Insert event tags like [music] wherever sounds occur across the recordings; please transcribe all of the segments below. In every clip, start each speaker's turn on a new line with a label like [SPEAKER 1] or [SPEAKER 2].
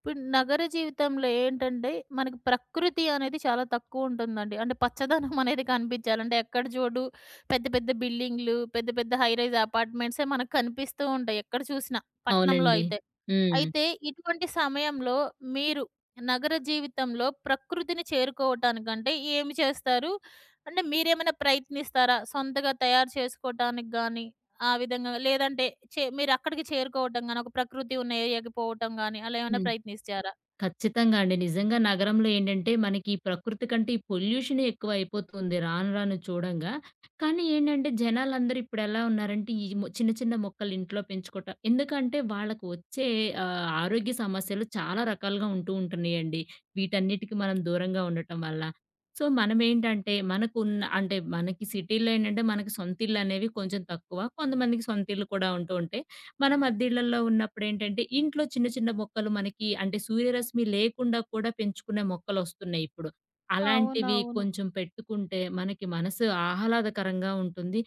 [SPEAKER 1] ఇప్పుడు నగర జీవితంలో ఏంటంటే, మనకి ప్రకృతి అనేది చాలా తక్కువుంటుందండి. అంటే పచ్చదనం [laughs] అనేది కనిపిచ్చాలి. అంటే ఎక్కడ చూడు పెద్ద పెద్ద బిల్డింగ్‌లు, పెద్ద పెద్ద హై రైజ్ అపార్ట్‌మెంట్సే మనకు కనిపిస్తూ ఉంటాయి ఎక్కడ చూసినా పట్నంలో
[SPEAKER 2] అవునండి.
[SPEAKER 1] అయితే.
[SPEAKER 2] హ్మ్.
[SPEAKER 1] అయితే ఇటువంటి సమయంలో మీరు నగర జీవితంలో ప్రకృతిని చేరుకోవటానికంటే ఏమి చేస్తారు? అంటే మీరేమైనా ప్రయత్నిస్తారా? సొంతగా తయారు చేసుకోవటానికి గాని, ఆ విధంగా లేదంటే మీరక్కడికి చేరుకోవటం గాని, ఒక ప్రకృతి ఉన్న ఏరియాకి పోవటం గాని అలా ఏమైనా
[SPEAKER 2] హ్మ్.
[SPEAKER 1] ప్రయత్నించారా?
[SPEAKER 2] ఖచ్చితంగా అండి. నిజంగా నగరంలో ఏంటంటే, మనకి ఈ ప్రకృతి కంటే ఈ పొల్యూషనే ఎక్కువైపోతుంది రాను రాను చూడంగా. కానీ ఏంటంటే, జనాలందరూ ఇప్పుడెలా ఉన్నారంటే, ఈ చిన్న చిన్న మొక్కలు ఇంట్లో పెంచుకోట ఎందుకంటే, వాళ్ళకు వచ్చే ఆరోగ్య సమస్యలు చాలా రకాలుగా ఉంటూ ఉంటున్నాయండి. వీటన్నిటికి మనం దూరంగా ఉండటం వల్ల. సో, మనమేంటంటే, మనకున్న అంటే మనకి సిటీలో ఏంటంటే, మనకి సొంతిళ్లనేవి కొంచెం తక్కువ. కొంతమందికి సొంతిళ్లు కూడా ఉంటూ ఉంటాయి. మనం అద్దెళ్ళల్లో ఉన్నప్పుడేంటంటే, ఇంట్లో చిన్న చిన్న మొక్కలు మనకి అంటే సూర్యరశ్మి లేకుండా కూడా పెంచుకునే మొక్కలొస్తున్నాయి ఇప్పుడు. అలాంటివి
[SPEAKER 1] అవునవును.
[SPEAKER 2] కొంచెం పెట్టుకుంటే మనకి మనసు ఆహ్లాదకరంగా ఉంటుంది.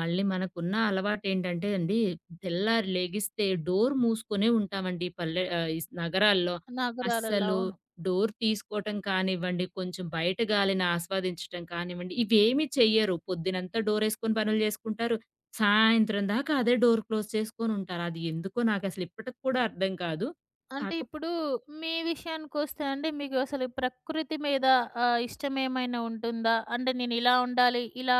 [SPEAKER 2] మళ్ళీ మనకున్న అలవాటేంటంటే అండి, తెల్లారి లెగిస్తే డోర్ మూసుకొనే ఉంటామండి ఈ ఈ నగరాల్లో.
[SPEAKER 1] నగరాలలో.
[SPEAKER 2] అస్సలు
[SPEAKER 1] అవును.
[SPEAKER 2] డోర్ తీసుకోవటం కానివ్వండి, కొంచెం బయట గాలిని ఆస్వాదించటం కానివ్వండి, ఇవేమి చెయ్యరు. పొద్దునంతా డోరేసుకొని పనులు జేసుకుంటారు. సాయంత్రం దాకా అదే డోర్ క్లోజ్ చేసుకొనుంటారు. అది ఎందుకో నాకసలు ఇప్పటికి కూడా అర్థం కాదు.
[SPEAKER 1] అంటే
[SPEAKER 2] కాక
[SPEAKER 1] ఇప్పుడు మీ విషయానికొస్తే అండి, మీకు అసలు ప్రకృతి మీద ఇష్టం ఏమైనా ఉంటుందా? అంటే నేను ఇలా ఉండాలి,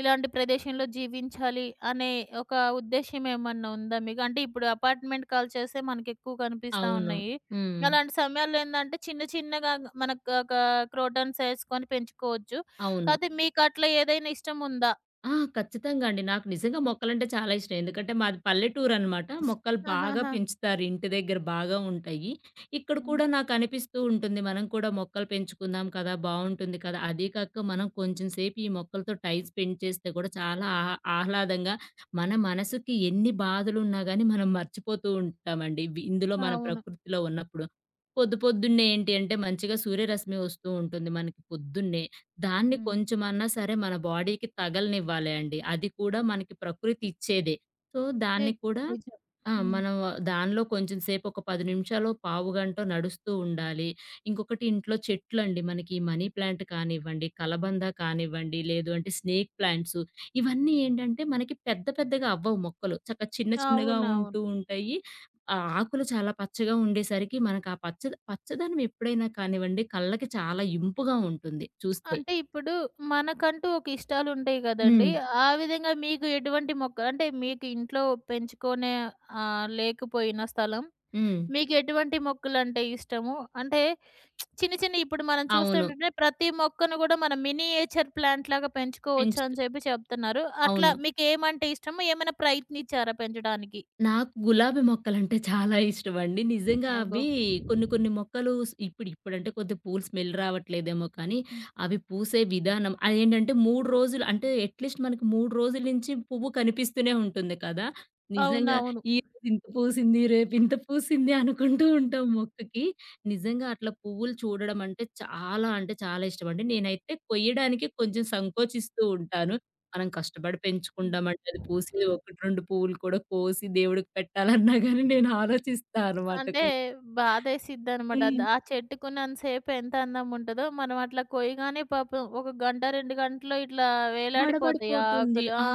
[SPEAKER 1] ఇలాంటి ప్రదేశంలో జీవించాలి అనే ఒక ఉద్దేశ్యం ఏమన్నా ఉందా మీకు? అంటే ఇప్పుడు అపార్ట్‌మెంట్ కల్చర్సే మనకెక్కువ కనిపిస్తా
[SPEAKER 2] అవును.
[SPEAKER 1] ఉన్నాయి.
[SPEAKER 2] హ్మ్.
[SPEAKER 1] అలాంటి సమయాల్లో ఏందంటే చిన్న చిన్నగా మనకు ఒక క్రోటన్స్ ఏసుకొని పెంచుకోవచ్చు.
[SPEAKER 2] అవును.
[SPEAKER 1] కాతే మీకట్లా ఏదైనా ఇష్టం ఉందా?
[SPEAKER 2] ఆ! ఖచ్చితంగా అండి. నాకు నిజంగా మొక్కలంటే చాలా ఇష్టం. ఎందుకంటే మాది పల్లెటూరనమాట. మొక్కలు బాగా
[SPEAKER 1] ఆహాహా!
[SPEAKER 2] పెంచుతారు. ఇంటి దగ్గర బాగా ఉంటాయి. ఇక్కడ
[SPEAKER 1] హ్మ్.
[SPEAKER 2] కూడా నాకనిపిస్తూ ఉంటుంది. మనం కూడా మొక్కలు పెంచుకుందాం కదా! బావుంటుంది కదా! అదీ కాక మనం కొంచెం సేపు ఈ మొక్కలతో టైం స్పెండ్ చేస్తే కూడా చాలా ఆహ్లాదంగా మన మనసుకి ఎన్ని బాధలున్నా గానీ మనం మర్చిపోతూ ఉంటామండి. ఇవి ఇందులో మన
[SPEAKER 1] అవును.
[SPEAKER 2] ప్రకృతిలో ఉన్నప్పుడు. పొద్దు పొద్దున్నే ఏంటి అంటే మంచిగా సూర్యరశ్మి వస్తూ ఉంటుంది మనకి పొద్దున్నే. దాన్ని
[SPEAKER 1] హ్మ్.
[SPEAKER 2] కొంచెమన్నా సరే మన బాడీకి తగలనివ్వాలి అండి. అది కూడా మనకి ప్రకృతి ఇచ్చేదే. సో, దాన్ని
[SPEAKER 1] నిజం.
[SPEAKER 2] కూడా
[SPEAKER 1] నిజం.
[SPEAKER 2] ఆ!
[SPEAKER 1] హ్మ్.
[SPEAKER 2] మనం దానిలో కొంచెం సేపు ఒక 10 నిమిషాలో, పావుగంటో నడుస్తూ ఉండాలి. ఇంకొకటి ఇంట్లో చెట్లండి. మనకి మనీ ప్లాంట్ కానివ్వండి, కలబంద కానివ్వండి, లేదు అంటే స్నేక్ ప్లాంట్స్ ఇవన్నీ ఏంటంటే మనకి పెద్ద పెద్దగా అవ్వవు మొక్కలు. చక్కగా చిన్న చిన్నగా
[SPEAKER 1] అవునవును.
[SPEAKER 2] ఉంటూ ఉంటాయి. ఆ ఆకులు చాలా పచ్చగా ఉండేసరికి మనకు ఆ పచ్చ పచ్చదనం ఎప్పుడైనా కానివ్వండి కళ్ళకి చాలా ఇంపుగా ఉంటుంది చూస్తే.
[SPEAKER 1] అంటే ఇప్పుడు మనకంటూ ఒక ఇష్టాలుంటాయి
[SPEAKER 2] హ్మ్.
[SPEAKER 1] గదండీ! ఆ విధంగా మీకు ఎటువంటి మొక్క అంటే మీకు ఇంట్లో పెంచుకునే లేకపోయినా స్థలం
[SPEAKER 2] హ్మ్.
[SPEAKER 1] మీకు ఎటువంటి మొక్కలంటే ఇష్టము? అంటే చిన్న చిన్న ఇప్పుడు మనం
[SPEAKER 2] అవును.
[SPEAKER 1] చూస్తుంటే ప్రతి మొక్కను గూడా మనం మినియేచర్ ప్లాంట్ లాగా పెంచుకోవచ్చు
[SPEAKER 2] పెంచుతూ
[SPEAKER 1] అని చెప్పి చెప్తున్నారు. అట్లా
[SPEAKER 2] అవును.
[SPEAKER 1] మీకేమంటే ఇష్టము? ఏమైనా ప్రయత్నించారా పెంచడానికి?
[SPEAKER 2] నాకు గులాబీ మొక్కలంటే చాలా ఇష్టమండి. నిజంగా
[SPEAKER 1] అబ్బో!
[SPEAKER 2] అవి కొన్ని కొన్ని మొక్కలు ఇప్పుడు ఇప్పుడంటే కొద్దిగా పూలు స్మెల్ రావట్లేదేమో కానీ,
[SPEAKER 1] హ్మ్.
[SPEAKER 2] అవి పూసే విధానం అదేంటంటే 3 రోజులు అంటే అట్‌లీస్ట్ మనకి 3 రోజుల నుంచి పువ్వు కనిపిస్తూనే ఉంటుంది కదా! నిజంగా
[SPEAKER 1] అవునవును.
[SPEAKER 2] ఈరోజు ఇంత పూసింది, రేపు ఇంత పూసింది అనుకుంటూ ఉంటాం మొక్కకి. నిజంగా అట్లా పువ్వులు చూడడం అంటే చాలా అంటే చాలా ఇష్టమండి. నేనైతే కొయ్యడానికి కొంచెం సంకోచిస్తూ ఉంటాను. మనం కష్టపడి పెంచుకుంటామండి. అది పూసేది
[SPEAKER 1] హ్మ్.
[SPEAKER 2] 1, 2 పువ్వులు కూడా కోసి దేవుడికి పెట్టాలన్నా గాని నేను ఆలోచిస్తా అనమాట
[SPEAKER 1] అంటే
[SPEAKER 2] కొంచెం.
[SPEAKER 1] బాధేసిద్దనమాట. అది
[SPEAKER 2] హ్మ్.
[SPEAKER 1] ఆ చెట్టుకున్నంత సేపు ఎంత అందంగా ఉంటదో, మనం అట్లా కొయ్యగానే పాపం ఒక గంట, 2 గంటలో ఇట్లా వేలాడిపోతాయి ఆ
[SPEAKER 2] బడబడిపోతుంది.
[SPEAKER 1] ఆకులు. ఆ!
[SPEAKER 2] ఆ!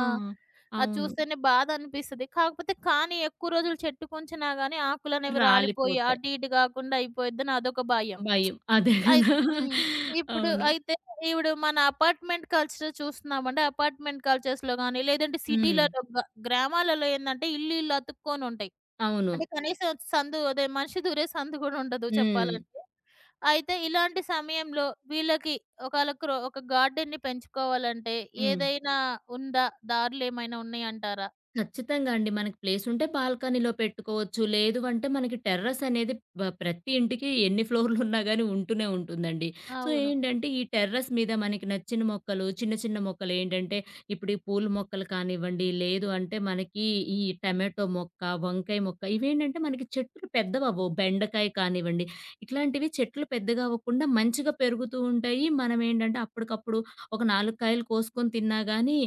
[SPEAKER 1] అది
[SPEAKER 2] అవును.
[SPEAKER 1] చూస్తేనే బాధనిపిస్తది. కాకపోతే కానీ ఎక్కువ రోజులు చెట్టుకుంచినా గానీ ఆకులనేవి రాలిపోయి
[SPEAKER 2] రాలిపోతాయి.
[SPEAKER 1] అటు ఇటు గాకుండా అయిపోయిద్దని అదొక భయం.
[SPEAKER 2] భయం. అదే
[SPEAKER 1] అయి
[SPEAKER 2] కదా!
[SPEAKER 1] హ్మ్. ఇప్పుడు
[SPEAKER 2] అవును.
[SPEAKER 1] అయితే ఇప్పుడు మన అపార్ట్‌మెంట్ కల్చర్ చూస్తున్నామంటే అపార్ట్‌మెంట్ కల్చర్స్‌లో గానీ, లేదంటే
[SPEAKER 2] హ్మ్.
[SPEAKER 1] సిటీలలో గ్రామాలలో ఏందంటే ఇల్లు ఇల్లు అతుక్కొనుంటాయి.
[SPEAKER 2] అవును.
[SPEAKER 1] అంటే కనీసం సందు అదే మనిషి దూరే సందు గూడా ఉండదు
[SPEAKER 2] హ్మ్.
[SPEAKER 1] చెప్పాలంటే. అయితే ఇలాంటి సమయంలో వీళ్ళకి ఒకాళ క్రో ఒక గార్డెన్‌ని పెంచుకోవాలంటే
[SPEAKER 2] హ్మ్.
[SPEAKER 1] ఏదైనా ఉందా? దారులేమైనా ఉన్నాయంటారా?
[SPEAKER 2] ఖచ్చితంగా అండి. మనకి ప్లేసుంటే బాల్కనీలో పెట్టుకోవచ్చు. లేదు అంటే మనకి టెర్రస్ అనేది ప్రతి ఇంటికి ఎన్ని ఫ్లోర్‌లున్నా గాని ఉంటూనే ఉంటుందండి. సో,
[SPEAKER 1] అవును.
[SPEAKER 2] ఏంటంటే ఈ టెర్రస్ మీద మనకి నచ్చిన మొక్కలు చిన్న, చిన్న మొక్కలేంటంటే ఇప్పుడు ఈ పూల మొక్కలు కానివ్వండి, లేదు అంటే మనకి ఈ టమాటో మొక్క, వంకాయ మొక్క ఇవేంటంటే మనకి చెట్లు పెద్దవవ్వవు. బెండకాయ కానివ్వండి, ఇట్లాంటివి చెట్లు పెద్దగా అవ్వకుండా మంచిగా పెరుగుతూ ఉంటాయి. మనమేంటంటే అప్పటికప్పుడు ఒక 4 కాయలు కోసుకొని తిన్నా గాని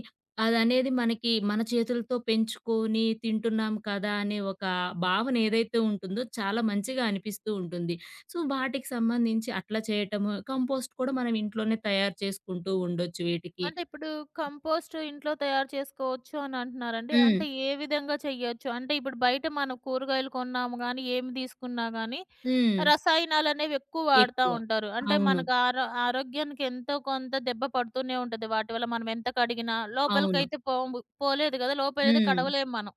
[SPEAKER 2] అదనేది మనకి మన చేతులతో పెంచుకొని తింటున్నాం కదా అనే ఒక భావన ఏదైతే ఉంటుందో చాలా మంచిగా అనిపిస్తూ ఉంటుంది. సో, వాటికి సంబంధించి అట్లా చేయటము, కంపోస్ట్ కూడా మనం ఇంట్లోనే తయారు చేసుకుంటూ ఉండొచ్చు వీటికి.
[SPEAKER 1] అంటే ఇప్పుడు కంపోస్ట్ ఇంట్లో తయారు చేసుకోవచ్చు అని అంటున్నారండి.
[SPEAKER 2] హ్మ్.
[SPEAKER 1] అంటే ఏ విధంగా చెయ్యొచ్చు? అంటే ఇప్పుడు బయట మనం కూరగాయలు కొన్నాము గానీ, ఏమి తీసుకున్నా గానీ,
[SPEAKER 2] హ్మ్.
[SPEAKER 1] రసాయనాలనేవి ఎక్కువ వాడుతా
[SPEAKER 2] ఎక్కువ.
[SPEAKER 1] ఉంటారు. అంటే
[SPEAKER 2] అవును.
[SPEAKER 1] మనకు ఆరోగ్యానికి ఎంతో కొంత దెబ్బ పడుతూనే ఉంటది. వాటి వల్ల మనం ఎంత కడిగినా,
[SPEAKER 2] అవును.
[SPEAKER 1] లోపలికైతే పోలేదు కదా! లోపలైతే
[SPEAKER 2] హ్మ్.
[SPEAKER 1] కడవలేము మనం.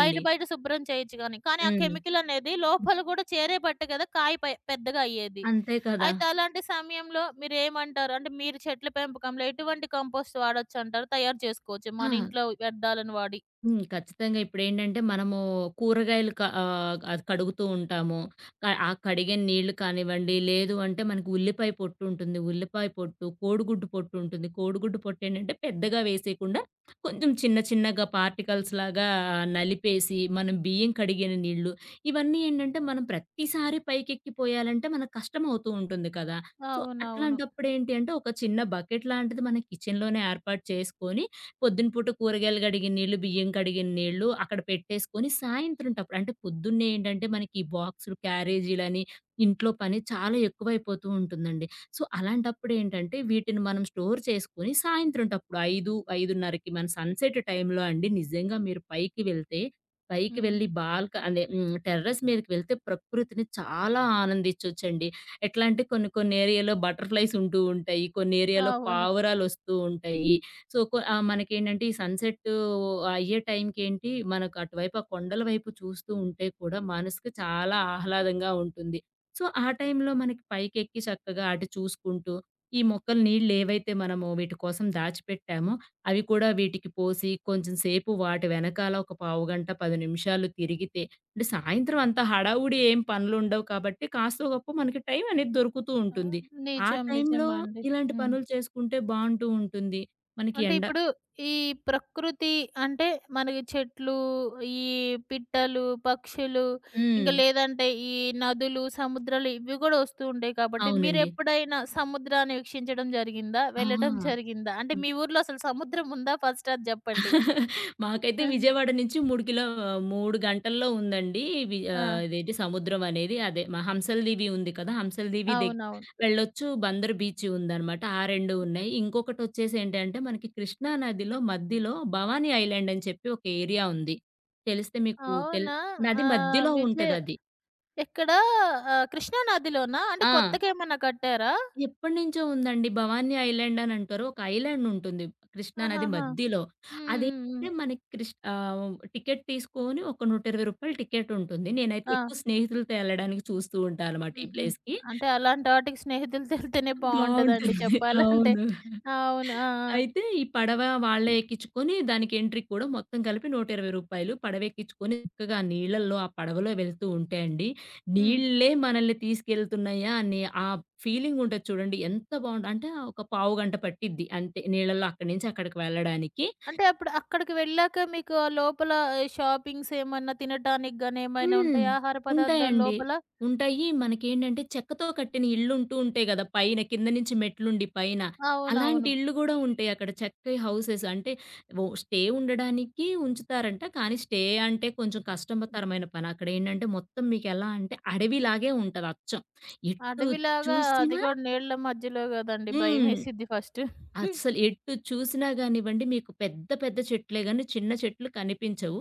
[SPEAKER 1] బయట బయట శుభ్రం చేయొచ్చు గానీ. కానీ ఆ
[SPEAKER 2] హ్మ్.
[SPEAKER 1] కెమికల్ అనేది లోపల గూడా చేరేపట్టే కదా కాయ పెద్దగా అయ్యేది.
[SPEAKER 2] అంతే కదా!
[SPEAKER 1] అయితే అలాంటి సమయంలో మీరేమంటారు? అంటే మీరు చెట్ల పెంపకంలో ఎటువంటి కంపోస్ట్ వాడొచ్చంటారు? తయారు చేసుకోవచ్చు మన
[SPEAKER 2] ఆ!
[SPEAKER 1] ఇంట్లో వ్యర్థాలను వాడి.
[SPEAKER 2] హ్మ్. ఖచ్చితంగా. ఇప్పుడేంటంటే మనము కూరగాయలు అది కడుగుతూ ఉంటాము. ఆ కడిగే నీళ్లు కానివ్వండి, లేదు అంటే మనకు ఉల్లిపాయ పొట్టు ఉంటుంది. ఉల్లిపాయ పొట్టు, కోడిగుడ్డు పొట్టు ఉంటుంది. కోడిగుడ్డు పొట్టు ఏంటంటే పెద్దగా వేసేయకుండా కొంచెం చిన్న చిన్నగా పార్టికల్స్ లాగా నలిపేసి, మనం బియ్యం కడిగిన నీళ్లు, ఇవన్నీ ఏంటంటే మనం ప్రతిసారి పైకెక్కిపోయాలంటే మనకు కష్టమవుతూ ఉంటుంది కదా! సో,
[SPEAKER 1] అవునవును.
[SPEAKER 2] అట్లాంటప్పుడు ఏంటి అంటే ఒక చిన్న బకెట్ లాంటిది మన కిచెన్‌లోనే ఏర్పాటు చేసుకొని పొద్దున పూట కూరగాయలు కడిగిన నీళ్ళు, బియ్యం కడిగిన నీళ్ళు అక్కడ పెట్టేసుకొని సాయంత్రం టప్పుడు అంటే పొద్దున్నే ఏంటంటే మనకి ఈ బాక్సులు, క్యారేజీలని ఇంట్లో పని చాలా ఎక్కువైపోతూ ఉంటుందండి. సో, అలాంటప్పుడు ఏంటంటే వీటిని మనం స్టోర్ చేసుకొని సాయంత్రం టప్పుడు 5, 5:30కి మన సన్‌సెట్ టైంలో అండి నిజంగా మీరు పైకి వెళ్తే, పైకి
[SPEAKER 1] హ్మ్.
[SPEAKER 2] వెళ్లి బాల్క అదే హ్మ్. టెర్రస్ మీదకి వెళ్తే ప్రకృతిని చాలా ఆనందించొచ్చండి. ఎట్లా అంటే కొన్ని కొన్ని ఏరియాలో బటర్‌ఫ్లైస్ ఉంటూ ఉంటాయి. కొన్ని ఏరియాలో
[SPEAKER 1] అవును.
[SPEAKER 2] పావురాలొస్తూ ఉంటాయి. సో, మనకేంటంటే ఈ సన్‌సెట్టు అయ్యే టైంకేంటి మనకు అటువైపు ఆ కొండల వైపు చూస్తూ ఉంటే కూడా మనసుకి చాలా ఆహ్లాదంగా ఉంటుంది. సో, ఆ టైంలో మనకి పైకెక్కి చక్కగా అటు చూసుకుంటూ, ఈ మొక్కలు నీళ్ళేవైతే మనము వీటి కోసం దాచిపెట్టామో అవి కూడా వీటికి పోసి కొంచెం సేపు వాటి వెనకాల ఒక పావుగంట, 10 నిమిషాలు తిరిగితే అంటే సాయంత్రం అంత హడావుడి ఏం పనులుండవు కాబట్టి కాస్తో గొప్పో మనకి టైం అనేది దొరుకుతూ
[SPEAKER 1] ఆహ్,
[SPEAKER 2] ఉంటుంది. ఆ
[SPEAKER 1] నిజం.
[SPEAKER 2] టైంలో
[SPEAKER 1] నిజమండి.
[SPEAKER 2] ఇలాంటి
[SPEAKER 1] హ్మ్.
[SPEAKER 2] పనులు చేసుకుంటే బావుంటూ ఉంటుంది. మనకి
[SPEAKER 1] అంటే
[SPEAKER 2] ఎండ
[SPEAKER 1] ఇప్పుడు ఈ ప్రకృతి అంటే మనకి చెట్లు, ఈ పిట్టలు, పక్షులు ఇంకా
[SPEAKER 2] హ్మ్.
[SPEAKER 1] లేదంటే ఈ నదులు, సముద్రాలు ఇవి కూడా వస్తూ ఉంటాయి కాబట్టి
[SPEAKER 2] అవునండి.
[SPEAKER 1] మీరెప్పుడైనా సముద్రాన్ని వీక్షించడం జరిగిందా?
[SPEAKER 2] ఆ!
[SPEAKER 1] వెళ్ళడం జరిగిందా? అంటే మీ ఊర్లో అసలు సముద్రం ఉందా? ఫస్ట్ అది జెప్పండి.
[SPEAKER 2] మాకైతే
[SPEAKER 1] ఆహా!
[SPEAKER 2] విజయవాడ నుంచి 3 గంటల్లో ఉందండి.
[SPEAKER 1] ఆ!
[SPEAKER 2] ఇదేంటి సముద్రం అనేది. అదే మా హంసల దీవి ఉంది కదా! హంసల దీవి దగ్
[SPEAKER 1] అవునవును.
[SPEAKER 2] వెళ్ళొచ్చు. బందర్ బీచ్ ఉందనమాట. ఆ 2 ఉన్నాయి. ఇంకొకటొచ్చేసి ఏంటంటే మనకి కృష్ణా నదిలో మధ్యలో భవానీ ఐలాండ్ అని చెప్పి ఒక ఏరియా ఉంది. తెలిస్తే మీకు తెల్
[SPEAKER 1] అవునా?
[SPEAKER 2] నది
[SPEAKER 1] ఆహ్,
[SPEAKER 2] మధ్యలో
[SPEAKER 1] విజయ్
[SPEAKER 2] ఉంటదది.
[SPEAKER 1] ఎక్కడ ఆహ్, కృష్ణా నదిలోనా? అంటే
[SPEAKER 2] ఆ!
[SPEAKER 1] కొత్తగేమన్నా కట్టారా?
[SPEAKER 2] ఎప్పటినుంచో ఉందండి. 'భవానీ ఐలాండ్' అని అంటారు. ఒక ఐలాండ్ ఉంటుంది. కృష్ణా నది
[SPEAKER 1] ఆహాహా!
[SPEAKER 2] మధ్యలో.
[SPEAKER 1] హ్మ్. హ్మ్. హ్మ్.
[SPEAKER 2] అదేంటంటే మనకి టికెట్ తీసుకొని ఒక రూ. 120 టికెట్ ఉంటుంది. నేనైతే
[SPEAKER 1] ఆ!
[SPEAKER 2] ఎక్కువ స్నేహితులతో ఎళ్ళడానికి చూస్తూ ఉంటా అనమాట ఈ
[SPEAKER 1] హ్మ్. హ్మ్.
[SPEAKER 2] ప్లేస్‌కి.
[SPEAKER 1] అంటే అలాంటి ఆటికి స్నేహితులతో ఎళ్తేనే బావుంటదండి
[SPEAKER 2] బావుంటుంది.
[SPEAKER 1] చెప్పాలంటే.
[SPEAKER 2] అవును.
[SPEAKER 1] అవును. ఆ! ఆ!
[SPEAKER 2] అయితే ఈ పడవ వాళ్ళే ఎక్కించుకొని దానికి ఎంట్రీ కూడా మొత్తం కలిపి రూ. 120 పడవెక్కించుకొని చక్కగా నీళ్ళల్లో ఆ పడవలో వెళ్తూ ఉంటే అండి,
[SPEAKER 1] హ్మ్.
[SPEAKER 2] నీళ్ళే మనల్ని తీసుకెళ్తున్నాయా అని ఆ ఫీలింగ్ ఉంటది చూడండి ఎంత బావుంట అంటే ఒక పావుగంట పట్టిద్ది అంతే నీళ్ళలో అక్కడి నుంచి అక్కడికి వెళ్ళడానికి.
[SPEAKER 1] అంటే అప్పుడు అక్కడికి వెళ్ళాక మీకు ఆ లోపల ఈ షాపింగ్స్ ఏమన్నా తినటానికి గాని ఏమైనా
[SPEAKER 2] హ్మ్.
[SPEAKER 1] ఉంటాయా ఆహార పదార్థాలు
[SPEAKER 2] ఉంటాయండి.
[SPEAKER 1] లోపల?
[SPEAKER 2] ఉంటాయి. మనకేంటంటే చెక్కతో కట్టిన ఇళ్ళుంటూ ఉంటాయి గదా! పైన కింద నుంచి మెట్లుండి పైన. అలాంటి
[SPEAKER 1] అవునవును.
[SPEAKER 2] ఇళ్ళు గూడా ఉంటాయి అక్కడ. చెక్క హౌసెస్ అంటే ఓ స్టే ఉండడానికి ఉంచుతారంట. కానీ స్టే అంటే కొంచెం కష్టతరమైన పని. అక్కడేంటంటే మొత్తం మీకెలా అంటే అడవిలాగే ఉంటది అచ్చం. ఎటు
[SPEAKER 1] అడవిలాగా అది
[SPEAKER 2] చూసినా
[SPEAKER 1] కూడా నీళ్ళ మధ్యలో గదండీ!
[SPEAKER 2] హ్మ్.
[SPEAKER 1] భయమేసిద్ది ఫస్టు.
[SPEAKER 2] అస్సలు ఎటు చూసినా గానివ్వండి, మీకు పెద్ద పెద్ద చెట్లే గాని చిన్న చెట్లు కనిపించవు.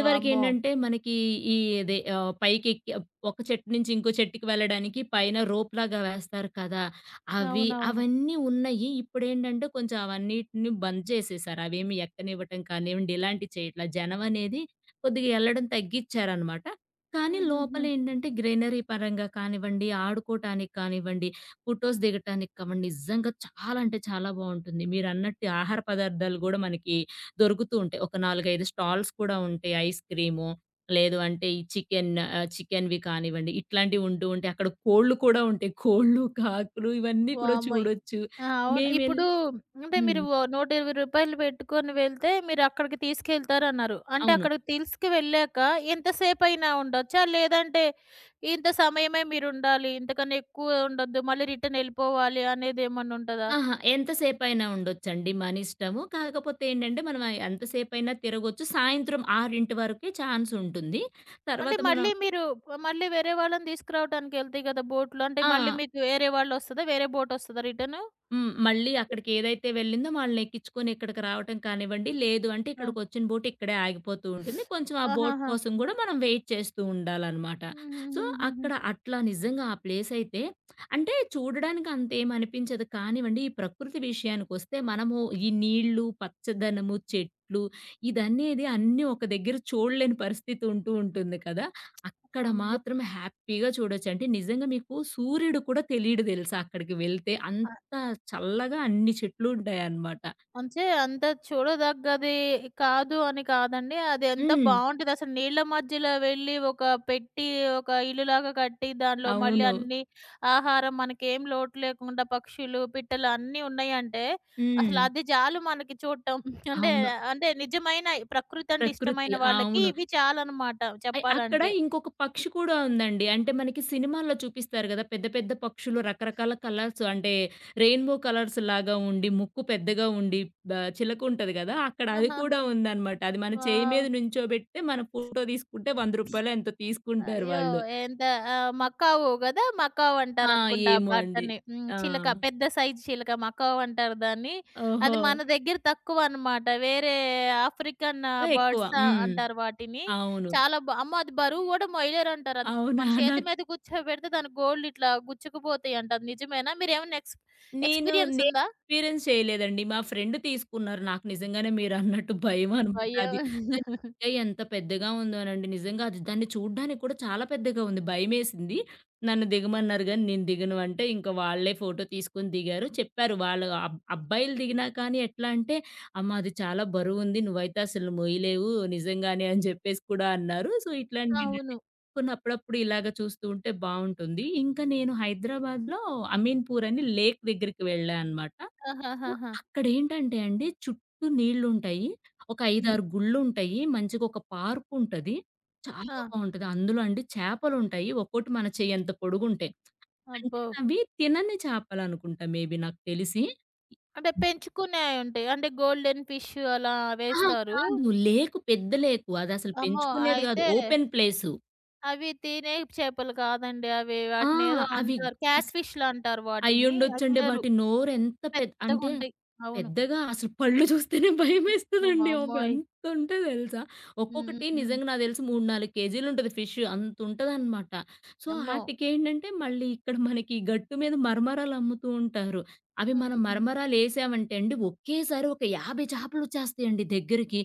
[SPEAKER 1] వామ్మో!
[SPEAKER 2] మనకి ఈ పైకెక్కి ఒక చెట్టు నుంచి ఇంకో చెట్టుకి వెళ్ళడానికి పైన రోప్‌లాగా వేస్తారు కదా!
[SPEAKER 1] అవునవును.
[SPEAKER 2] అవన్నీ ఉన్నాయి. ఇప్పుడేంటంటే కొంచెం అవన్నిటిని బంద్ చేసేసారు. అవేమి ఎక్కనివ్వటం కానివ్వండి, ఇలాంటివి చేయట్లా. జనం అనేది కొద్దిగా ఎళ్ళడం తగ్గిచ్చారనమాట. కానీ
[SPEAKER 1] హుహుహు.
[SPEAKER 2] లోపలేంటంటే గ్రీనరీ పరంగా కానివ్వండి, ఆడుకోటానికి కానివ్వండి ఫోటోస్ దిగటానికి కావండి నిజంగా చాలా అంటే చాలా బావుంటుంది. మీరన్నట్టు ఆహార పదార్థాలు గూడా మనకి దొరుకుతూ ఉంటాయి. ఒక 4, 5 స్టాల్స్ కూడా ఉంటాయి. ఐస్ క్రీము, లేదు అంటే ఈ చికెన్‌వి కానివ్వండి, ఇట్లాంటివి ఉంటూ ఉంటాయి. అక్కడ కోళ్ళు కూడా ఉంటాయి. కోళ్ళు, కాకులు ఇవన్నీ కూడా
[SPEAKER 1] వామ్మోయ్!
[SPEAKER 2] చూడొచ్చు.
[SPEAKER 1] ఆ! అవును.
[SPEAKER 2] మేమెల్
[SPEAKER 1] ఇప్పుడు అంటే మీరు
[SPEAKER 2] హ్మ్.
[SPEAKER 1] ఓ రూ. 120 పెట్టుకొని వెళ్తే మీరక్కడికి తీసుకెళ్తారన్నారు. అంటే
[SPEAKER 2] అవును.
[SPEAKER 1] అక్కడికి తీసుకువెళ్ళాక ఎంతసేపయినా ఉండొచ్చా? లేదంటే ఇంత సమయమే మీరుండాలి, ఇంతకన్నా ఎక్కువ ఉండొద్దు, మళ్ళీ రిటర్న్ యెళ్ళిపోవాలి అనేదేమన్నుంటదా?
[SPEAKER 2] అహా! ఎంతసేపైనా ఉండొచ్చండి మన ఇష్టము. కాకపోతే ఏంటంటే మనం ఎంతసేపైనా తిరగొచ్చు. సాయంత్రం 6 వరకే ఛాన్స్ ఉంటుంది.
[SPEAKER 1] అంటే
[SPEAKER 2] తర్వాత మనం
[SPEAKER 1] మళ్ళీ మీరు మళ్ళీ వేరే వాళ్ళని తీసుకురావడానికెళ్తాయి గదా! బోటులు. అంటే
[SPEAKER 2] ఆ!
[SPEAKER 1] మళ్ళీ మీకు వేరే వాళ్ళొస్తదా? వేరే బోటొస్తదా రిటర్ను?
[SPEAKER 2] హ్మ్. మళ్ళీ అక్కడికేదైతే వెళ్ళిందో వాళ్ళని ఎక్కించుకొని ఇక్కడికి రావటం కానివ్వండి, లేదు అంటే
[SPEAKER 1] ఆ!
[SPEAKER 2] ఇక్కడికొచ్చిన బోట్ ఇక్కడే ఆగిపోతూ ఉంటుంది. కొంచెం ఆ బోట్
[SPEAKER 1] ఆహాహా!
[SPEAKER 2] కోసం గూడా మనం వెయిట్ చేస్తూ ఉండాలనమాట. సో,
[SPEAKER 1] హుహుహుహుహు.
[SPEAKER 2] అక్కడ అట్లా నిజంగా ఆ ప్లేసయితే అంటే చూడడానికి అంతేమనిపించదు కానివ్వండి, ఈ ప్రకృతి విషయానికొస్తే మనము ఈ నీళ్ళు, పచ్చదనము, చెట్లు ఇదనేది అన్నీ ఒక దగ్గర చూడలేని పరిస్థితి ఉంటూ ఉంటుంది కదా! అక్కడ
[SPEAKER 1] అబ్బో!
[SPEAKER 2] మాత్రం హ్యాపీగా చూడొచ్చు. అంటే నిజంగా మీకు సూర్యుడు కూడా తెలీడు తెలుసా అక్కడికి వెళ్తే. అంతా చల్లగా అన్ని చెట్లుంటాయన్నమాట.
[SPEAKER 1] అంటే అంత చూడదగ్గది కాదు అని కాదండి. అది ఎంత
[SPEAKER 2] హ్మ్.
[SPEAKER 1] బావుంటది అసలు నీళ్ళ మధ్యలో వెళ్లి ఒక పెట్టి ఒక ఇల్లులాగా కట్టి దానిలో మళ్ళీ
[SPEAKER 2] అవును.
[SPEAKER 1] అన్ని ఆహారం మనకేం లోటు లేకుండా పక్షులు, పిట్టలు అన్నీ ఉన్నాయంటే అసలు
[SPEAKER 2] హ్మ్.
[SPEAKER 1] అది చాలు మనకి చూడటం. [laughs] అంటే
[SPEAKER 2] అవును.
[SPEAKER 1] అంటే నిజమైన ప్రకృతి అంటే
[SPEAKER 2] ప్రకృతి.
[SPEAKER 1] ఇష్టమైన వాళ్ళకి
[SPEAKER 2] అవును.
[SPEAKER 1] ఇవి చాలన్నమాట
[SPEAKER 2] అక్కడ
[SPEAKER 1] చెప్పాలంటే.
[SPEAKER 2] ఇంకొక పక్షి కూడా ఉందండి. అంటే మనకి సినిమాల్లో చూపిస్తారు గదా! పెద్ద పెద్ద పక్షులు రకరకాల కలర్స్ అంటే రెయిన్‌బో కలర్స్ లాగా ఉండి, ముక్కు పెద్దగా ఉండి బ చిలక ఉంటది గదా! అక్కడ అది కూడా
[SPEAKER 1] ఆహాహా!
[SPEAKER 2] ఉందన్నమాట. అది మన చేయి మీద
[SPEAKER 1] వావ్!
[SPEAKER 2] నుంచోబెడితే మనం ఫోటో తీసుకుంటే రూ. 100 ఎంతో తీసుకుంటారు
[SPEAKER 1] అయ్యో!
[SPEAKER 2] వాళ్ళు.
[SPEAKER 1] ఎంత మకావు గదా! మకావు
[SPEAKER 2] ఆ!
[SPEAKER 1] అంటారనుకుంటా ఆ
[SPEAKER 2] ఏమో అండి.
[SPEAKER 1] బట్టని. హ్మ్.
[SPEAKER 2] ఆ!
[SPEAKER 1] చిలక పెద్ద సైజు చిలక మకావు అంటారు దాన్ని. అది
[SPEAKER 2] ఓహో!
[SPEAKER 1] మన దగ్గర తక్కువనమాట. వేరే ఆఫ్రికన్
[SPEAKER 2] ఎక్కువ.
[SPEAKER 1] బర్డ్స్
[SPEAKER 2] హ్మ్.
[SPEAKER 1] అంటారు వాటిని.
[SPEAKER 2] అవును.
[SPEAKER 1] చాలా బా అమ్మో! అది బరువు గూడా మొయ్యలేరంటారు. అది మన
[SPEAKER 2] అవునా!
[SPEAKER 1] చేతి మీద కూర్చోబెడితే దాని గోళ్ళు ఇట్లా గుచ్చుకుపోతాయంట. అది నిజమేనా? మీరేమన్నా
[SPEAKER 2] నేను,
[SPEAKER 1] ఎక్స్‌పీరియన్స్
[SPEAKER 2] నేను
[SPEAKER 1] ఉందా?
[SPEAKER 2] ఎక్స్‌పీరియన్స్ చేయలేదండి. మా ఫ్రెండ్ తీసుకున్నారు. నాకు నిజంగానే మీరన్నట్టు భయమనమాట
[SPEAKER 1] భయం.
[SPEAKER 2] అది. కానీ
[SPEAKER 1] [laughs]
[SPEAKER 2] ఎంత పెద్దగా ఉందోనండి. నిజంగా అది దాన్ని చూడ్డానికి కూడా చాలా పెద్దగా ఉంది. భయమేసింది. నన్ను దిగమన్నారు గానీ, నేను దిగను అంటే, ఇంక వాళ్ళే ఫోటో తీసుకొని దిగారు. చెప్పారు వాళ్ళు అబ్బాయిలు దిగినా కానీ ఎట్లా అంటే, "అమ్మ అది చాలా బరువుంది. నువ్వైతే అసలు మొయ్యలేవు నిజంగానే" అని జెప్పేసి కూడా అన్నారు. సో, ఇట్లాంటివేంటంటే
[SPEAKER 1] అవును.
[SPEAKER 2] కొన్ని అప్పుడప్పుడు ఇలాగ చూస్తూ ఉంటే బావుంటుంది. ఇంకా నేను హైదరాబాద్‌లో అమీన్‌పూర్ అని లేక్ దగ్గరికి వెళ్ళా అనమాట. సో,
[SPEAKER 1] ఆహాహాహా!
[SPEAKER 2] అక్కడేంటంటే అండి చుట్టూ నీళ్లుంటాయి. ఒక 5,
[SPEAKER 1] హ్మ్.
[SPEAKER 2] 6 గుళ్ళుంటాయి. మంచిగా ఒక పార్కుంటది. చాలా
[SPEAKER 1] ఆ!
[SPEAKER 2] బావుంటది. అందులో అండి చేపలుంటాయి. ఒక్కోటి మన చెయ్యంత పొడుగుంటాయి. అంటే
[SPEAKER 1] అబ్బో!
[SPEAKER 2] అవి తినని చేపలనుకుంటా మే బీ నాకు తెలిసి.
[SPEAKER 1] అంటే పెంచుకునేయుంటాయి. అంటే గోల్డెన్ ఫిష్ అలా
[SPEAKER 2] అహా!
[SPEAKER 1] వేస్తారు.
[SPEAKER 2] కాదు. లేకు పెద్ద లేకు. అదసలు
[SPEAKER 1] అమ్మో!
[SPEAKER 2] పెంచుకునేది గాదు.
[SPEAKER 1] అయితే
[SPEAKER 2] ఓపెన్ ప్లేసు.
[SPEAKER 1] అవి తినే చేపలు కాదండి అవి.
[SPEAKER 2] ఆ!
[SPEAKER 1] వాటినేదో
[SPEAKER 2] అవి
[SPEAKER 1] అంటారు.
[SPEAKER 2] అస
[SPEAKER 1] క్యాట్ ఫిష్‌లు అంటారు వాటిని. అవి
[SPEAKER 2] అయ్యుండొచ్చండి.
[SPEAKER 1] తినరు.
[SPEAKER 2] వాటి నోరెంత పెద్ అంటే
[SPEAKER 1] పెద్దగుంటాయి. అవును.
[SPEAKER 2] పెద్దగా అసలు పళ్ళు చూస్తేనే [laughs] భయమేస్తదండి. అవి
[SPEAKER 1] వామ్మోయ్!
[SPEAKER 2] అంతుంటయి తెలుసా!
[SPEAKER 1] హ్మ్. హ్మ్.
[SPEAKER 2] ఒక్కొక్కటి
[SPEAKER 1] హ్మ్.
[SPEAKER 2] నిజంగా నాకు తెలిసి 3, 4 కేజీలుంటది ఫిష్ అంతుంటదనమాట. సో,
[SPEAKER 1] అమ్మో!
[SPEAKER 2] ఆటికేంటంటే మళ్ళీ ఇక్కడ మనకి ఈ గట్టు మీద మరమరాలు అమ్ముతూ ఉంటారు. అవి
[SPEAKER 1] హ్మ్.
[SPEAKER 2] మనం
[SPEAKER 1] హ్మ్. హ్మ్.
[SPEAKER 2] మరమరాలేసామంటే అండి ఒకేసారి ఒక 50 చేపలొచ్చేస్తాయండి దగ్గరికి.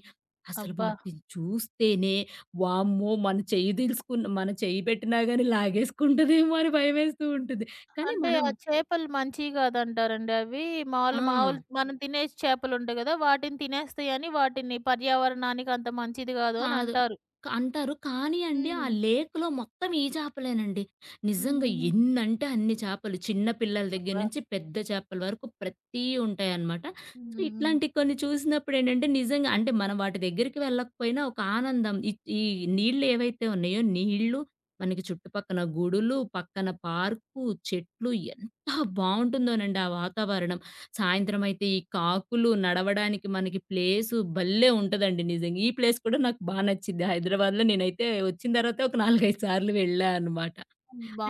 [SPEAKER 2] అసలు
[SPEAKER 1] అబ్బా!
[SPEAKER 2] వాటిని చూస్తేనే వామ్మో! మన చెయ్యి పెట్టినా గాని లాగేసుకుంటదేమో అని భయమేస్తూ ఉంటుంది. కానీ
[SPEAKER 1] అంటే
[SPEAKER 2] మనం
[SPEAKER 1] ఆ చేపలు మంచియి కాదంటారండి అవి.
[SPEAKER 2] ఆ!
[SPEAKER 1] మాములు మాములు మనం తినే చేపలుంటాయి కదా! వాటిని తినేస్తాయని వాటిని పర్యావరణానికి అంత మంచిది కాదు అని
[SPEAKER 2] కాదు.
[SPEAKER 1] అంటారు.
[SPEAKER 2] అంటారు. కానీ అండి ఆ
[SPEAKER 1] హ్మ్.
[SPEAKER 2] లేక్‌లో మొత్తం ఈ చేపలేనండి. నిజంగా
[SPEAKER 1] హుహుహు.
[SPEAKER 2] ఎన్నంటే అన్ని చేపలు. చిన్న పిల్లల దగ్గర
[SPEAKER 1] అబ్బా!
[SPEAKER 2] నుంచి పెద్ద చేపల వరకు ప్రతీయి ఉంటాయన్నమాట.
[SPEAKER 1] హ్మ్.
[SPEAKER 2] సో,
[SPEAKER 1] హ్మ్. హ్మ్.
[SPEAKER 2] ఇట్లాంటి కొన్ని చూసినప్పుడు ఏంటంటే నిజంగా అంటే మనం వాటి దగ్గరికి వెళ్ళకపోయినా ఒక ఆనందం ఈ ఈ నీళ్ళు ఏవైతే ఉన్నాయో నీళ్ళు, మనకి చుట్టుపక్కన గుడులు, పక్కన పార్కు, చెట్లు ఎంత బావుంటుందోనండి ఆ వాతావరణం. సాయంత్రమైతే ఈ కాకులు నడవడానికి మనకి ప్లేసు భలే ఉంటదండి నిజంగా. ఈ ప్లేస్ కూడా నాకు బా నచ్చిద్ది. హైదరాబాద్‌లో నేనైతే వచ్చిన తర్వాత ఒక 4, 5 సార్లు వెళ్ళా అనమాట.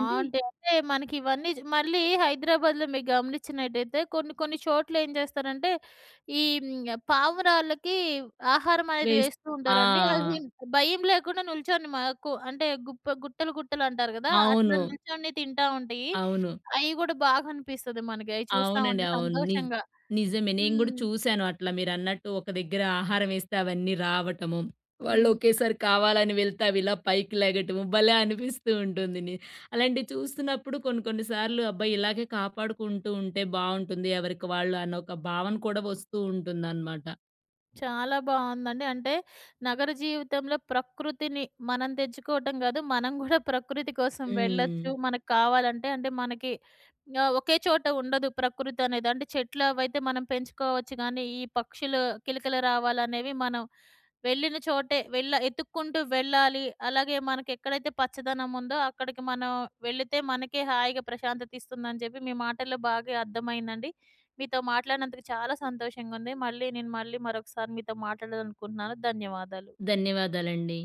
[SPEAKER 2] అంటే
[SPEAKER 1] అంటే మనకి ఇవన్నీ మళ్ళీ హైదరాబాద్‌లో మీరు గమనిచ్చినట్టయితే కొన్ని కొన్ని చోట్ల ఏం చేస్తారంటే, ఈ హ్మ్. పావురాళ్ళకి ఆహారం అనేది
[SPEAKER 2] వేస్
[SPEAKER 1] వేస్తూ
[SPEAKER 2] ఆ!
[SPEAKER 1] ఉంటారండి. అవి భయం లేకుండా నిల్చొని మాకు అంటే గుప్ప గుట్టలు గుట్టలు అంటారు కదా! అట్లా
[SPEAKER 2] అవును.
[SPEAKER 1] నిల్చొని తింటా ఉంటాయి.
[SPEAKER 2] అవును.
[SPEAKER 1] అయి గూడా బాగా అనిపిస్తది మనకి. అయి చూస్తా
[SPEAKER 2] అవునండి.
[SPEAKER 1] ఉంటే
[SPEAKER 2] అవును.
[SPEAKER 1] సంతోషంగా.
[SPEAKER 2] నిజమే. నేను గూడా
[SPEAKER 1] హ్మ్.
[SPEAKER 2] చూసాను అట్లా మీరన్నట్టు ఒక దగ్గర ఆహారం ఏస్తే అవన్నీ రావటము. వాళ్ళు
[SPEAKER 1] హ్మ్.
[SPEAKER 2] ఒకేసారి కావాలని వెళ్తే అవిలా పైకి లెగటము భలే అనిపిస్తూ ఉంటుంది. అలాంటివి చూస్తున్నప్పుడు కొన్ని కొన్ని సార్లు అబ్బా! ఇలాగే కాపాడుకుంటూ ఉంటే బావుంటుంది ఎవరికి వాళ్ళు అన్న ఒక భావన కూడా వస్తూ ఉంటుందనమాట.
[SPEAKER 1] చాలా బావుందండి. అంటే నగర జీవితంలో ప్రకృతిని మనం తెచ్చుకోవటం గాదు. మనం గూడా ప్రకృతి కోసం
[SPEAKER 2] హ్మ్.
[SPEAKER 1] వెళ్ళొచ్చు. మనకు కావాలంటే అంటే మనకి ఒకే చోట ఉండదు ప్రకృతి అనేది. అంటే చెట్లు అవైతే మనం పెంచుకోవచ్చు గానీ, ఈ పక్షులు కిలకిల రావాలనేవి మనం వెళ్ళిన చోటే వెళ్ళ ఎతుక్కుంటూ వెళ్ళాలి. అలాగే మనకి ఎక్కడైతే పచ్చదనం ఉందో అక్కడికి మనం వెళితే మనకే హాయిగా ప్రశాంతత ఇస్తుందని చెప్పి మీ మాటల్లో బాగా అర్థమైందండి. మీతో మాట్లాడినందుకు చాలా సంతోషంగా ఉంది. నేను మళ్ళీ మరొకసారి మీతో మాట్లాడాలనుకుంటున్నాను. ధన్యవాదాలు.
[SPEAKER 2] ధన్యవాదాలండి.